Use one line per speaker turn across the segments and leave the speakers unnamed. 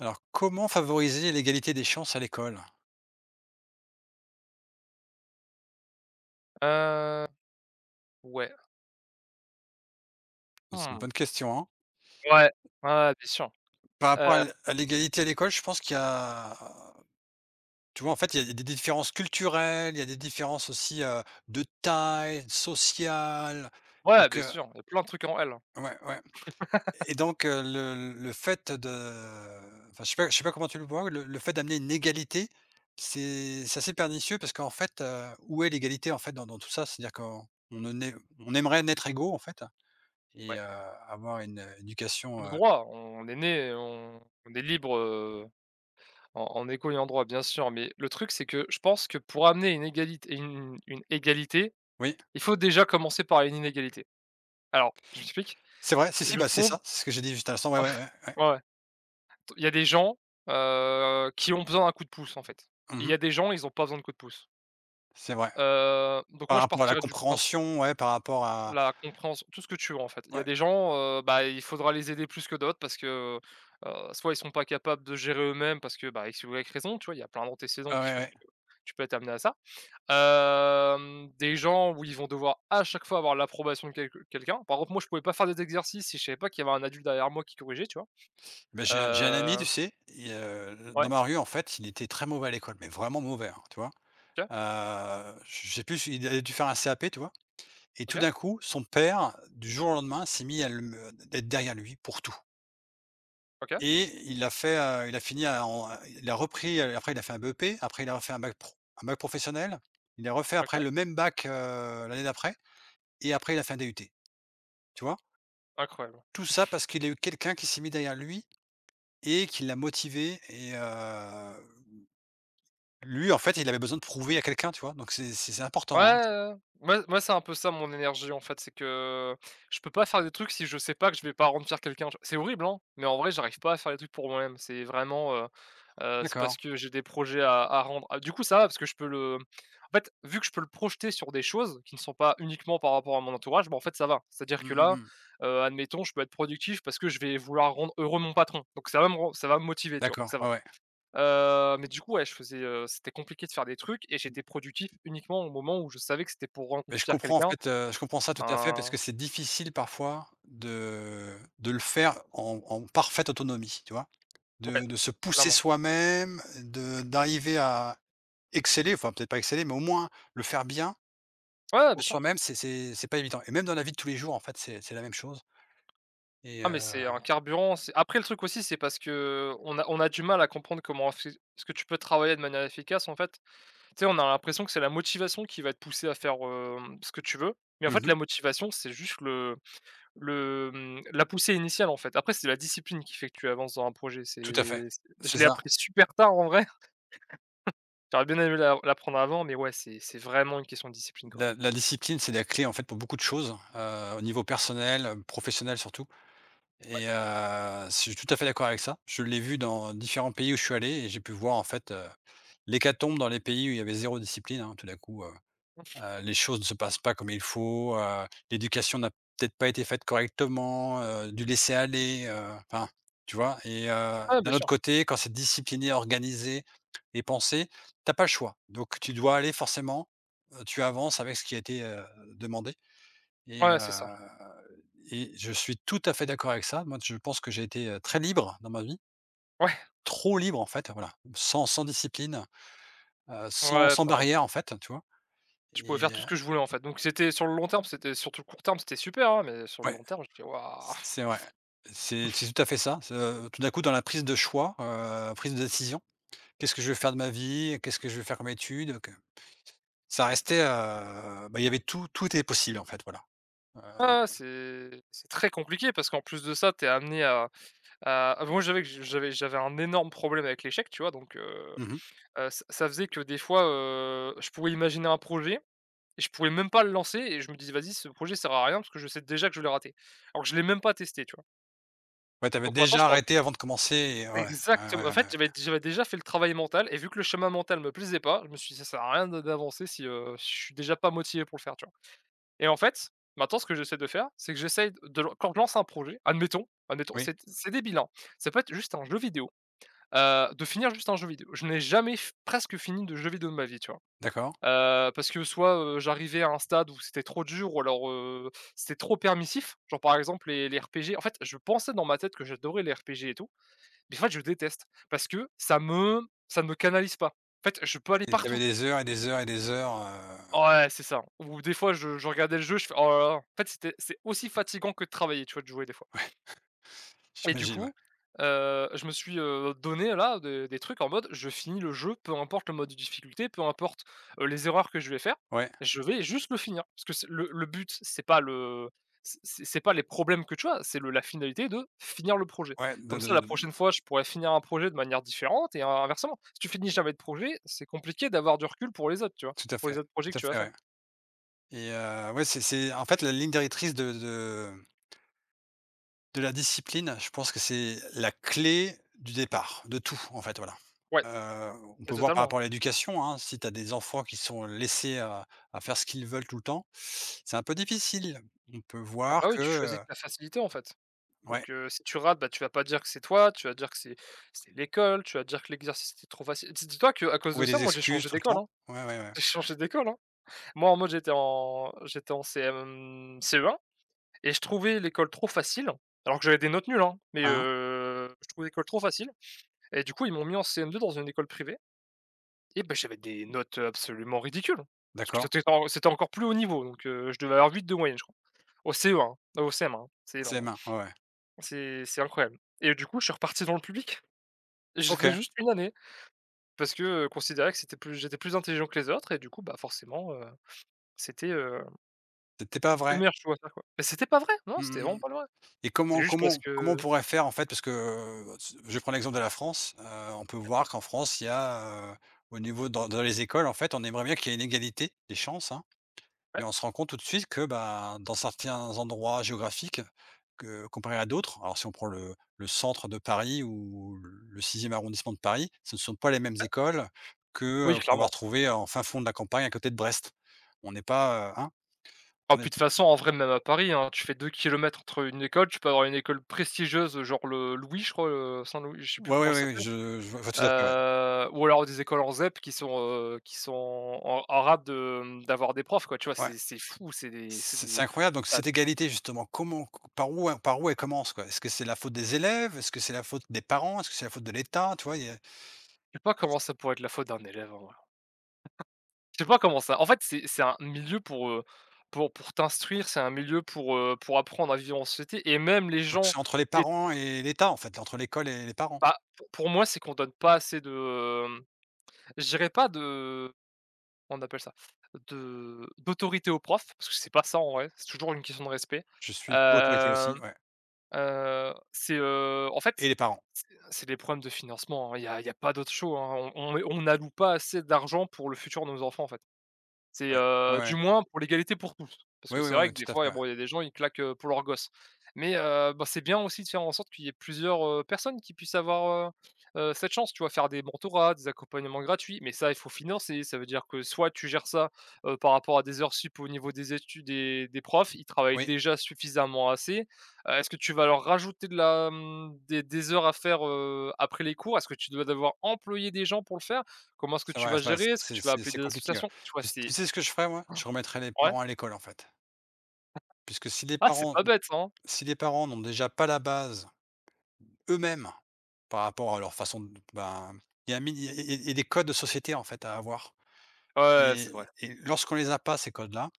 Alors, comment favoriser l'égalité des chances à l'école?
Heu, ouais.
C'est une
Mmh.
bonne question, hein.
Ouais. Ouais, bien sûr.
Par rapport à
Heu,
l'égalité à l'école, je pense qu'il y a, tu vois, en fait, il y a des différences culturelles, il y a des différences aussi, de taille, sociale.
ouais,
donc
bien
heu,
sûr, il y a plein de trucs en L, hein.
ouais, ouais. Et le fait de, enfin, je sais pas comment tu le vois, le fait d'amener une égalité, c'est assez pernicieux parce qu'en fait, où est l'égalité, en fait, dans tout ça? C'est-à-dire qu'on on ne naît on aimerait naître égaux, en fait.
Ouais.
Et avoir une, éducation,
Le droit, on est né, on est libre, en écho et en droit, bien sûr, mais le truc, c'est que je pense que pour amener une égalité,
oui,
il faut déjà commencer par une inégalité. Alors, je m'explique.
c'est vrai, si, si,
Je
bah, c'est
trouve
ça, c'est ce que j'ai dit juste à l'instant, ouais, ouais, ouais, ouais.
Ouais, il y a des gens, qui ont besoin d'un coup de pouce, en fait. Et il
Mmh.
y a des gens, ils ont pas besoin de coup de pouce.
C'est vrai.
Donc moi,
Par
je
rapport à la
partirais du principe.
compréhension, ouais, par rapport à
La compréhension, tout ce que tu veux en fait. Il y a
ouais,
des gens, bah, il faudra les aider plus que d'autres parce que, soit ils sont pas capables de gérer eux-mêmes parce que, bah, X ou Y raison, tu vois? Il y a plein d'antécédents
ouais,
qui
ouais,
font
ouais.
que tu peux être amené à ça. Des gens où ils vont devoir à chaque fois avoir l'approbation de quelqu'un. Par exemple, moi, je pouvais pas faire des exercices si je savais pas qu'il y avait un adulte derrière moi qui corrigeait, tu vois?
Bah, j'ai un ami, tu
Heu,
sais, il, dans
ouais,
ma rue, en fait, il était très mauvais à l'école, mais vraiment mauvais, hein, tu vois?
OK,
Je sais plus, il avait dû faire un CAP, tu vois? Et tout
OK,
d'un coup, son père, du jour au lendemain, s'est mis à le me derrière lui pour tout.
OK,
Et il a fait, il a fini à en il a repris, après il a fait un BEP, après il a refait un bac pro, un bac professionnel. Il a refait
OK.
après le même bac, l'année d'après, et après il a fait un DUT, tu vois?
Incroyable.
Tout ça parce qu'il a eu quelqu'un qui s'est mis derrière lui et qui l'a motivé et lui, en fait, il avait besoin de prouver à quelqu'un, tu vois? Donc c'est
Ouais,
important, hein.
ouais, ouais. Moi, c'est un peu ça mon énergie, en fait, c'est que je peux pas faire des trucs si je sais pas que je vais pas rendre fier quelqu'un. C'est horrible, hein, mais en vrai, j'arrive pas à faire des trucs pour moi-même. C'est vraiment, c'est parce
D'accord.
que j'ai des projets à rendre. Ah, du coup, ça va parce que je peux le en fait, vu que je peux le projeter sur des choses qui ne sont pas uniquement par rapport à mon entourage, bah, en fait, ça va. C'est-à-dire que
Mmh mh
là,
mh.
admettons, je peux être productif parce que je vais vouloir rendre heureux mon patron, donc ça va me motiver, tu vois? Donc
D'accord,
ça va.
ouais, ouais.
Mais du coup, ouais, je faisais, c'était compliqué de faire des trucs et j'étais productif uniquement au moment où je savais que c'était pour
Beh, je
rencontrer
comprends en
quelqu'un.
fait, je comprends ça tout à fait parce
Un
que c'est difficile parfois de le faire en parfaite autonomie, tu vois?
Ouais,
De se pousser
clairement.
soi-même, de d'arriver à exceller, enfin peut-être pas exceller, mais au moins le faire bien
Ouais, ouais, bien
pour
sûr.
soi-même, c'est pas évident et même dans la vie de tous les jours, en fait, c'est la même chose et
Ah, mais c'est un carburant, c'est après le truc aussi, c'est parce que on a du mal à comprendre comment est-ce que tu peux travailler de manière efficace, en fait. Tu sais, on a l'impression que c'est la motivation qui va te pousser à faire, ce que tu veux, mais en fait,
mmh,
la motivation, c'est juste la poussée initiale, en fait. Après, c'est la discipline qui fait que tu avances dans un projet,
tout à fait.
c'est
C'est
je l'ai
ça.
appris super tard, en vrai. J'aurais bien aimé l'apprendre avant, mais ouais, c'est vraiment une question de discipline, quoi.
La discipline, c'est la clé, en fait, pour beaucoup de choses, au niveau personnel, professionnel surtout,
Ouais.
et je suis tout à fait d'accord avec ça. Je l'ai vu dans différents pays où je suis allé et j'ai pu voir, en fait, l'hécatombe dans les pays où il y avait zéro discipline, hein, tout d'un coup, les choses ne se passent pas comme il faut, l'éducation n'a peut-être pas été faite correctement, du laisser-aller, enfin, tu vois? Et
Ah, bien
d'un autre
sûr.
côté, quand c'est discipliné, organisé et pensé, t'as pas le choix. Donc tu dois aller forcément, tu avances avec ce qui a été, demandé et
Ouais, c'est ça.
heu et je suis tout à fait d'accord avec ça. Moi, je pense que j'ai été, très libre dans ma vie,
Ouais,
trop libre en fait, voilà, sans discipline,
ouais,
sans
pareil.
barrière en fait, tu vois?
Je pouvais faire
Et
tout
heu
ce que je voulais, en fait, donc c'était sur le long terme, c'était sur tout le court terme, c'était super, hein, mais sur le
ouais.
long terme, je fais: «Waouh!»
C'est vrai. C'est tout à fait ça. C'est, tout d'un coup, dans la prise de choix, prise de décision, qu'est-ce que je vais faire de ma vie? Qu'est-ce que je vais faire comme études? Que ça restait, bah, il y avait tout était possible, en fait, voilà. Heu,
Ah, c'est très compliqué parce qu'en plus de ça, t'es amené à moi, j'avais un énorme problème avec l'échec, tu vois? Donc heu
mmh.
heu, ça faisait que des fois, je pouvais imaginer un projet et je pouvais même pas le lancer et je me dis: «Vas-y, ce projet sert à rien parce que je sais déjà que je vais le rater». Alors que je l'ai même pas testé, tu vois?
Ouais, t'avais
Donc maintenant, je
déjà
pars
arrêté avant de commencer et ouais, ouais,
Exactement.
ouais, ouais.
En fait,
Ouais.
j'avais déjà fait le travail mental et vu que le chemin mental me plaisait pas, je me suis dit: «Ça sert à rien de d'avancer si, je suis déjà pas motivé pour le faire», tu vois? Et en fait, maintenant ce que j'essaie de faire, c'est que j'essaie de quand je lance un projet, admettons,
Oui,
c'est débile, hein. Ça peut être juste un jeu vidéo, de finir juste un jeu vidéo. Je n'ai jamais f presque fini de jeu vidéo de ma vie, tu vois?
d'accord,
Parce que soit, j'arrivais à un stade où c'était trop dur ou alors, c'était trop permissif, genre par exemple les RPG. En fait, je pensais dans ma tête que j'adorais les RPG et tout, mais en fait, je déteste parce que ça ne me canalise pas. En fait, je peux aller
et tu
partout.
des heures et des heures et des heures,
Ouais, c'est ça. Ou des fois, je regardais le jeu, je fais: «Oh là là». En fait, c'est aussi fatigant que de travailler, tu vois, de jouer des fois.
ouais,
Et du
j'imagine, ouais.
coup, je me suis, donné là des trucs en mode: «Je finis le jeu, peu importe le mode de difficulté, peu importe, les erreurs que je vais faire,
Ouais,
je vais juste le finir». Parce que c'est le but, c'est pas le c'est pas les problèmes que tu as, c'est le la finalité de finir le projet.
ouais,
Comme ça, la
de
prochaine fois, je pourrais finir un projet de manière différente et inversement. Si tu finis jamais de projet, c'est compliqué d'avoir du recul pour les autres, tu vois? Pour les autres projets que
tout à
tu vas
fait,
faire.
ouais ouais, c'est en fait, la ligne directrice de la discipline, je pense que c'est la clé du départ, de tout, en fait, voilà.
Ouais,
Heu, on
mais
peut voir par
totalement.
rapport à l'éducation, hein, si tu as des enfants qui sont laissés à faire ce qu'ils veulent tout le temps, c'est un peu difficile. On peut
Ah
voir
bah oui,
que,
tu choisis que la facilité, en fait.
ouais,
Donc, si tu rates, bah, tu vas pas dire que c'est toi, tu vas dire que c'est l'école, tu vas dire que l'exercice était trop facile. Dis-toi qu'à cause de
trouver
ça,
des
moi j'ai
excuses
changé
tout le
d'école,
temps.
hein.
Ouais, ouais, ouais.
J'ai changé d'école, hein. Moi, en mode, j'étais en CM, CE1, et je trouvais l'école trop facile, alors que j'avais des notes nulles, hein, mais
Hein?
heu, je trouvais l'école trop facile, et du coup, ils m'ont mis en CM2 dans une école privée et bah, j'avais des notes absolument ridicules. Parce que
D'accord.
c'était encore plus haut niveau, donc, je devais avoir 8 de moyenne, je crois. Au CE1, hein, au CM1, hein, c'est
C'est
énorme,
les
hein.
mains, ouais, ouais.
C'est incroyable et du coup, je suis reparti dans le public. J'ai fait
OK,
juste une année parce que, considérait que c'était plus j'étais plus intelligent que les autres et du coup, bah, forcément, c'était, heu,
c'était pas
c'était le
vrai.
meilleur choix à faire, quoi. Mais c'était pas vrai, non,
Mmh
c'était vraiment
mh.
pas le vrai.
Et
C'était juste parce
comment on
que
pourrait faire en fait? Parce que, je prends l'exemple de la France, on peut voir qu'en France, il y a, au niveau dans les écoles, en fait, on aimerait bien qu'il y ait une égalité des chances, hein,
Ouais,
mais on se rend compte tout de suite que, ben, dans certains endroits géographiques, que comparé à d'autres, alors si on prend le centre de Paris ou le sixième arrondissement de Paris, ce ne sont pas les mêmes
ouais.
écoles que,
Oui,
qu'on va
clairement.
retrouver en fin fond de la campagne à côté de Brest. On n'est pas,
Ah,
on est
puis de toute façon, en vrai, même à Paris, hein, tu fais 2 kilomètres entre une école, tu peux avoir une école prestigieuse, genre le Louis, je crois, Saint-Louis, je sais plus
ouais,
comment
ouais,
elle
ouais,
s'appelle.
je vois tout à fait, ouais.
Ou alors des écoles en ZEP qui sont en rade d'avoir des profs, quoi, tu vois?
Ouais.
C'est fou
C'est incroyable, donc
ah,
cette égalité justement, comment, par où elle commence, quoi? Est-ce que c'est la faute des élèves? Est-ce que c'est la faute des parents? Est-ce que c'est la faute de l'État? Tu vois? Il y a
je sais pas comment ça pourrait être la faute d'un élève, hein. Je sais pas comment ça En fait, c'est un milieu pour, pour t'instruire, c'est un milieu pour apprendre à vivre en société et même les
donc
gens
c'est entre les
qui é
parents et l'État, en fait, entre l'école et les parents.
bah, pour moi, c'est qu'on donne pas assez de, hem, je dirais pas de, on appelle ça? De d'autorité aux profs, parce que c'est pas ça en vrai, c'est toujours une question de respect.
Je suis pour l'autorité aussi,
Hem,
ouais,
c'est, en
et
fait,
les parents,
c'est des problèmes de financement, hein, il y a pas d'autre show, hein, on n'alloue pas assez d'argent pour le futur de nos enfants, en fait. C'est,
ouais. Ouais,
du
ouais.
moins pour l'égalité pour tous. Parce que
Ouais, oui,
c'est
oui,
vrai
oui,
que des
tout à fait,
fois,
ouais.
bon, il y a des gens, ils claquent, pour leur gosse. Mais, bah, c'est bien aussi de faire en sorte qu'il y ait plusieurs, personnes qui puissent avoir, cette chance, tu vois? Faire des mentorats, des accompagnements gratuits, mais ça, il faut financer. Ça veut dire que soit tu gères ça, par rapport à des heures sup au niveau des études des profs, ils travaillent
Oui,
déjà suffisamment assez. Est-ce que tu vas leur rajouter de la, mmh, des heures à faire, après les cours? Est-ce que tu dois devoir employer des gens pour le faire? Comment est-ce que
c'est
tu
vrai,
vas
c'est vrai,
gérer? Est-ce que tu vas appeler
c'est
des
compliqué, ouais.
associations? Tu vois? C'est
Tu sais ce que je ferais, moi? Je remettrais les
Ouais.
parents à l'école, en fait, puisque si les
Ah, c'est
parents,
pas bête, hein?
n'ont déjà pas la base eux-mêmes, par rapport à leur façon de, ben, il y a des codes de société, en fait, à avoir
Ouais,
et
c'est vrai.
et lorsqu'on les a pas, ces codes-là,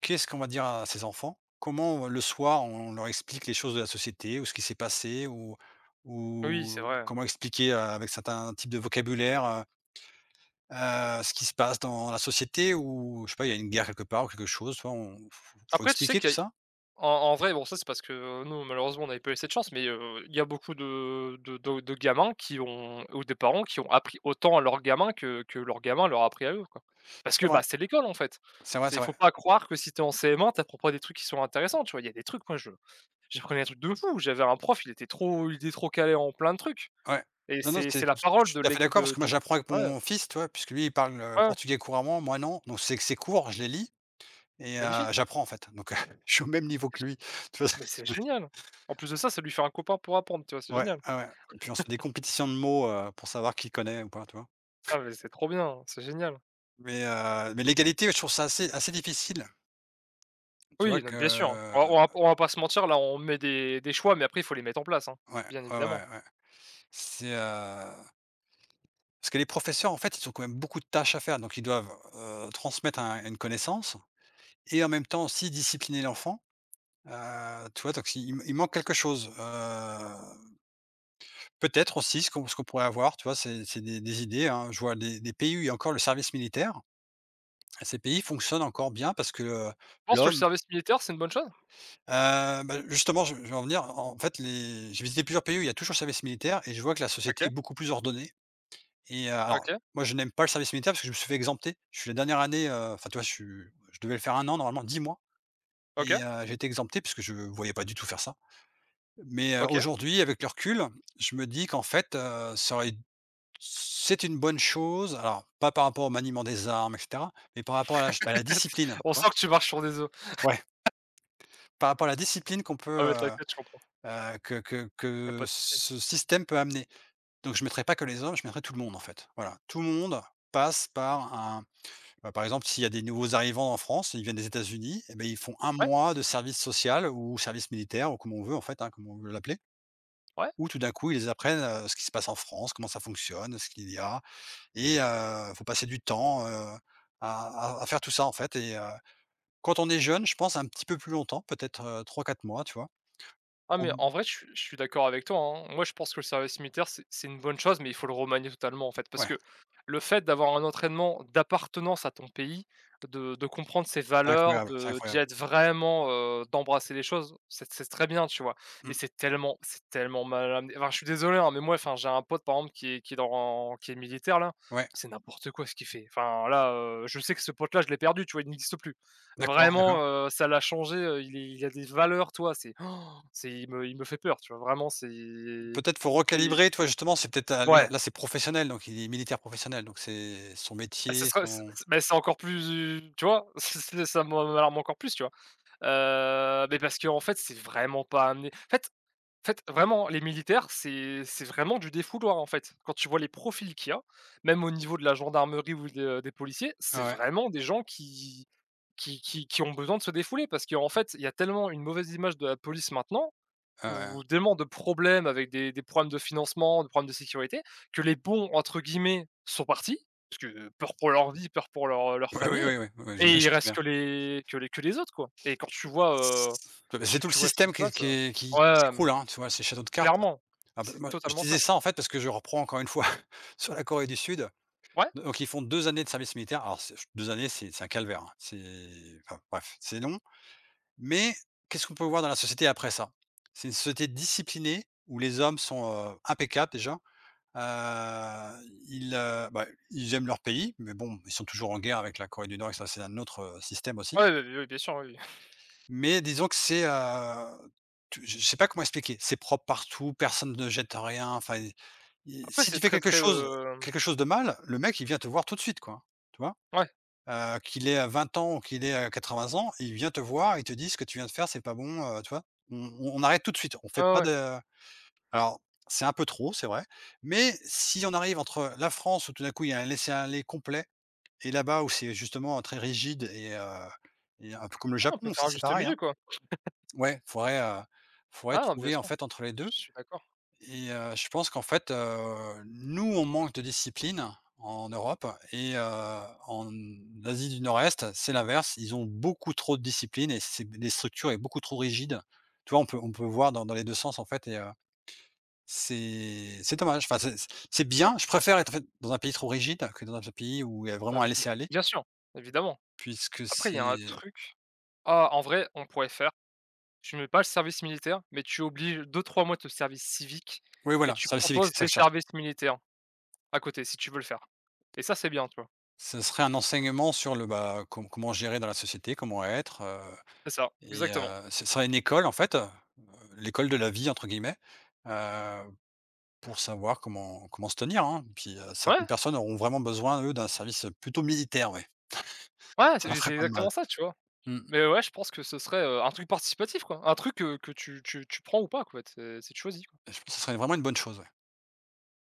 qu'est-ce qu'on va dire à ces enfants? Comment, le soir, on leur explique les choses de la société ou ce qui s'est passé
Oui, c'est
ou
vrai.
comment expliquer, avec certains types de vocabulaire, ce qui se passe dans la société ou je sais pas, il y a une guerre quelque part ou quelque chose, tu vois? On faut
Après, tu sais
expliquer tout
qu'il y a
ça?
en en vrai, bon, ça, c'est parce que, nous, malheureusement, on n'avait pas eu cette chance, mais il y a beaucoup de gamins qui ont ou des parents qui ont appris autant à leurs gamins que leurs gamins leur a appris à eux, quoi. Parce que,
C'est vrai.
bah, c'est l'école, en fait.
C'est vrai,
C'est Il
c'est vrai.
faut pas croire que si t'es en CM1, tu apprends pas des trucs qui sont intéressants, tu vois? Il y a des trucs, moi, je j'apprenais des trucs de fou. J'avais un prof, il était trop calé en plein de trucs
Ouais.
et
Non, non,
c'est
c'est
c'est la
je
parole
suis
de
tout à
l'é
fait d'accord
de
parce que moi,
du
j'apprends avec
ouais,
mon fils, tu vois? Puisque lui, il parle,
ouais,
portugais couramment, moi non. Donc c'est que c'est court. Je les lis et
magnifique.
j'apprends, en fait. Donc je suis au même niveau que lui. Tu vois?
Mais c'est génial! En plus de ça, ça lui fait un copain pour apprendre, tu vois? C'est
Ouais,
génial.
ouais, ouais. Puis on se fait des compétitions de mots, pour savoir qui connaît ou pas, tu vois?
Ah mais c'est trop bien, c'est génial.
Mais l'égalité, je trouve ça assez difficile. Tu vois
Oui, non,
que
bien sûr, hein. On va pas se mentir, là, on met des choix, mais après il faut les mettre en place, hein,
ouais,
bien
ouais,
évidemment.
ouais, ouais. C'est, parce que les professeurs, en fait, ils ont quand même beaucoup de tâches à faire. Donc ils doivent, transmettre un une connaissance et en même temps aussi discipliner l'enfant. Tu vois? Donc si il manque quelque chose, peut-être aussi ce qu'on, pourrait avoir, tu vois? C'est des idées, hein. Je vois des pays où il y a encore le service militaire. Ces pays fonctionnent encore bien parce que,
Tu penses que le
l'homme,
service militaire, c'est une bonne chose?
bah, justement, je vais en venir, en fait, les j'ai visité plusieurs pays où il y a toujours le service militaire et je vois que la société est
OK,
beaucoup plus ordonnée alors
OK,
moi, je n'aime pas le service militaire parce que je me suis fait exempter. Je suis la dernière année, enfin, tu vois? Je suis je devais le faire un an, normalement 10 mois
OK,
et j'ai été exempté parce que je voyais pas du tout faire ça. Mais,
OK.
aujourd'hui, avec le recul, je me dis qu'en fait, ça aurait c'est une bonne chose, alors pas par rapport au maniement des armes et cetera, mais par rapport à la ch à la discipline, tu
On
vois?
sent que tu marches sur des œufs.
Ouais, par rapport à la discipline qu'on
Ah
peut,
ouais, t'inquiète, je comprends,
que
il y a pas de souci.
ce système peut amener. Donc je mettrais pas que les hommes, je mettrais tout le monde, en fait. Voilà, tout le monde passe par un, bah, par exemple, s'il y a des nouveaux arrivants en France, ils viennent des États-Unis et ben ils font un
Ouais?
mois de service social ou service militaire ou comme on veut en fait, hein, comme on veut l'appeler.
Ouais.
Où tout d'un coup, ils apprennent, ce qui se passe en France, comment ça fonctionne, ce qu'il y a et faut passer du temps, à faire tout ça, en fait, quand on est jeune, je pense un petit peu plus longtemps, peut-être, 3-4 mois, tu vois?
Ah
Pour
mais en vrai, je suis d'accord avec toi, hein. Moi, je pense que le service militaire, c'est une bonne chose, mais il faut le remanier totalement, en fait. Parce
ouais,
que le fait d'avoir un entraînement d'appartenance à ton pays, de comprendre ses
c'est
valeurs,
incroyable, c'est
de d'y
incroyable.
être vraiment, d'embrasser les choses, c'est très bien, tu vois. Mais
Mmh,
c'est tellement mal amené. Enfin, je suis désolé, hein, mais moi, enfin, j'ai un pote, par exemple, qui est militaire, là.
ouais,
C'est n'importe quoi ce qu'il fait. Enfin, là, je sais que ce pote-là, je l'ai perdu, tu vois, il n'existe plus.
d'accord,
Vraiment,
d'accord.
ça l'a changé. Il a des valeurs, toi. C'est oh, c'est il me fait peur, tu vois? Vraiment,
Peut-être faut
c'est
recalibrer, tu vois? Justement, c'est peut-être,
ouais,
là, c'est professionnel, donc il est militaire professionnel, donc c'est son
ah, ce
métier,
sera ce
son
ce mais c'est encore plus tu vois? C'est ça me m'alarme encore plus, tu vois? Mais parce qu'en fait, c'est vraiment pas amené en fait, vraiment, les militaires, c'est vraiment du défouloir, en fait. Quand tu vois les profils qu'il y a, même au niveau de la gendarmerie ou de des policiers,
ouais,
c'est
ouais,
vraiment des gens qui ont besoin de se défouler parce qu'en fait, il y a tellement une mauvaise image de la police maintenant
ouais, ouais.
ou tellement de problèmes avec des problèmes de financement, des problèmes de sécurité, que les «bons» entre guillemets sont partis, parce que peur pour leur vie, peur pour leur, leur
Ouais, ouais,
famille
ouais, ouais, ouais,
et il
j'imagine
reste
bien.
que les autres quoi et quand tu vois,
C'est tout le
tu vois ce qui
système
se passe,
qui
ouais, mmh,
s'écroule, hein, tu vois? Ces châteaux de cartes.
clairement,
Ah bah,
c'est
moi, je
totalement
disais
ça.
ça en fait parce que je reprends encore une fois sur la Corée du Sud.
Ouais,
Donc ils font 2 années de service militaire. Alors c'est 2 années, c'est un calvaire, hein. C'est enfin bref, c'est long. Mais qu'est-ce qu'on peut voir dans la société après ça? C'est une société disciplinée où les hommes sont, impeccables déjà. Ils, bah, ils aiment leur pays, mais bon, ils sont toujours en guerre avec la Corée du Nord et ça, c'est un autre, système aussi.
ouais, oui, oui, bien sûr, oui.
Mais disons que c'est, tu je sais pas comment expliquer. C'est propre partout, personne ne jette rien, enfin, i
Après
si
c'est
tu fais
très, très,
quelque chose de mal, le mec, il vient te voir tout de suite, quoi, tu vois?
ouais,
Qu'il ait, 20 ans ou qu'il ait, 80 ans, il vient te voir, il te dit: «Ce que tu viens de faire, c'est pas bon», tu vois? On arrête tout de suite, on fait
ouais, ouais,
pas
ouais.
de, alors, c'est un peu trop, c'est vrai, mais si on arrive entre la France où tout d'un coup il y a un laisser-aller complet et là-bas où c'est justement très rigide, et un peu comme le
Ouais, on peut
Japon
faire
aussi,
un
c'est
juste
pareil, hein.
milieu quoi.
Ouais, faudrait, faudrait
Ah non, bien
trouver en
sûr,
fait entre les
je
deux.
suis d'accord.
Et je pense qu'en fait, nous, on manque de discipline en Europe, et en Asie du Nord-Est, c'est l'inverse. Ils ont beaucoup trop de discipline et c'est des structures et beaucoup trop rigides. Tu vois, on peut voir dans les 2 sens en fait, c'est dommage. Enfin, c'est bien,
Ouais,
je préfère être en fait dans un pays trop rigide que dans un pays où il y a
bah,
vraiment à
bi
laisser aller
bien sûr, évidemment.
puisque
Après il y a un
c'est
truc ah en vrai, on pourrait faire. Tu mets pas le service militaire, mais tu obliges deux-trois mois de service civique
oui,
et
voilà,
tu
service civique,
proposes
c'est ça
des
que je cherche.
services militaires à côté, si tu veux le faire et ça, c'est bien, tu vois?
Ce serait un enseignement sur le, bah, comment gérer dans la société, comment être,
C'est ça, exactement.
ce serait une école en fait, «l'école de la vie» entre guillemets, heu, pour savoir comment se tenir, hein. Puis,
Ouais,
certaines personnes auront vraiment besoin, eux, d'un service plutôt militaire, ouais.
ouais,
Ça leur
c'est
ferait
c'est
pas de mal.
exactement ça, tu vois?
Mmh.
Mais ouais, je pense que ce serait, un truc participatif, quoi, un truc, que tu prends ou pas, quoi, c'est choisi. Quoi.
Je pense que ce serait vraiment une bonne chose, ouais.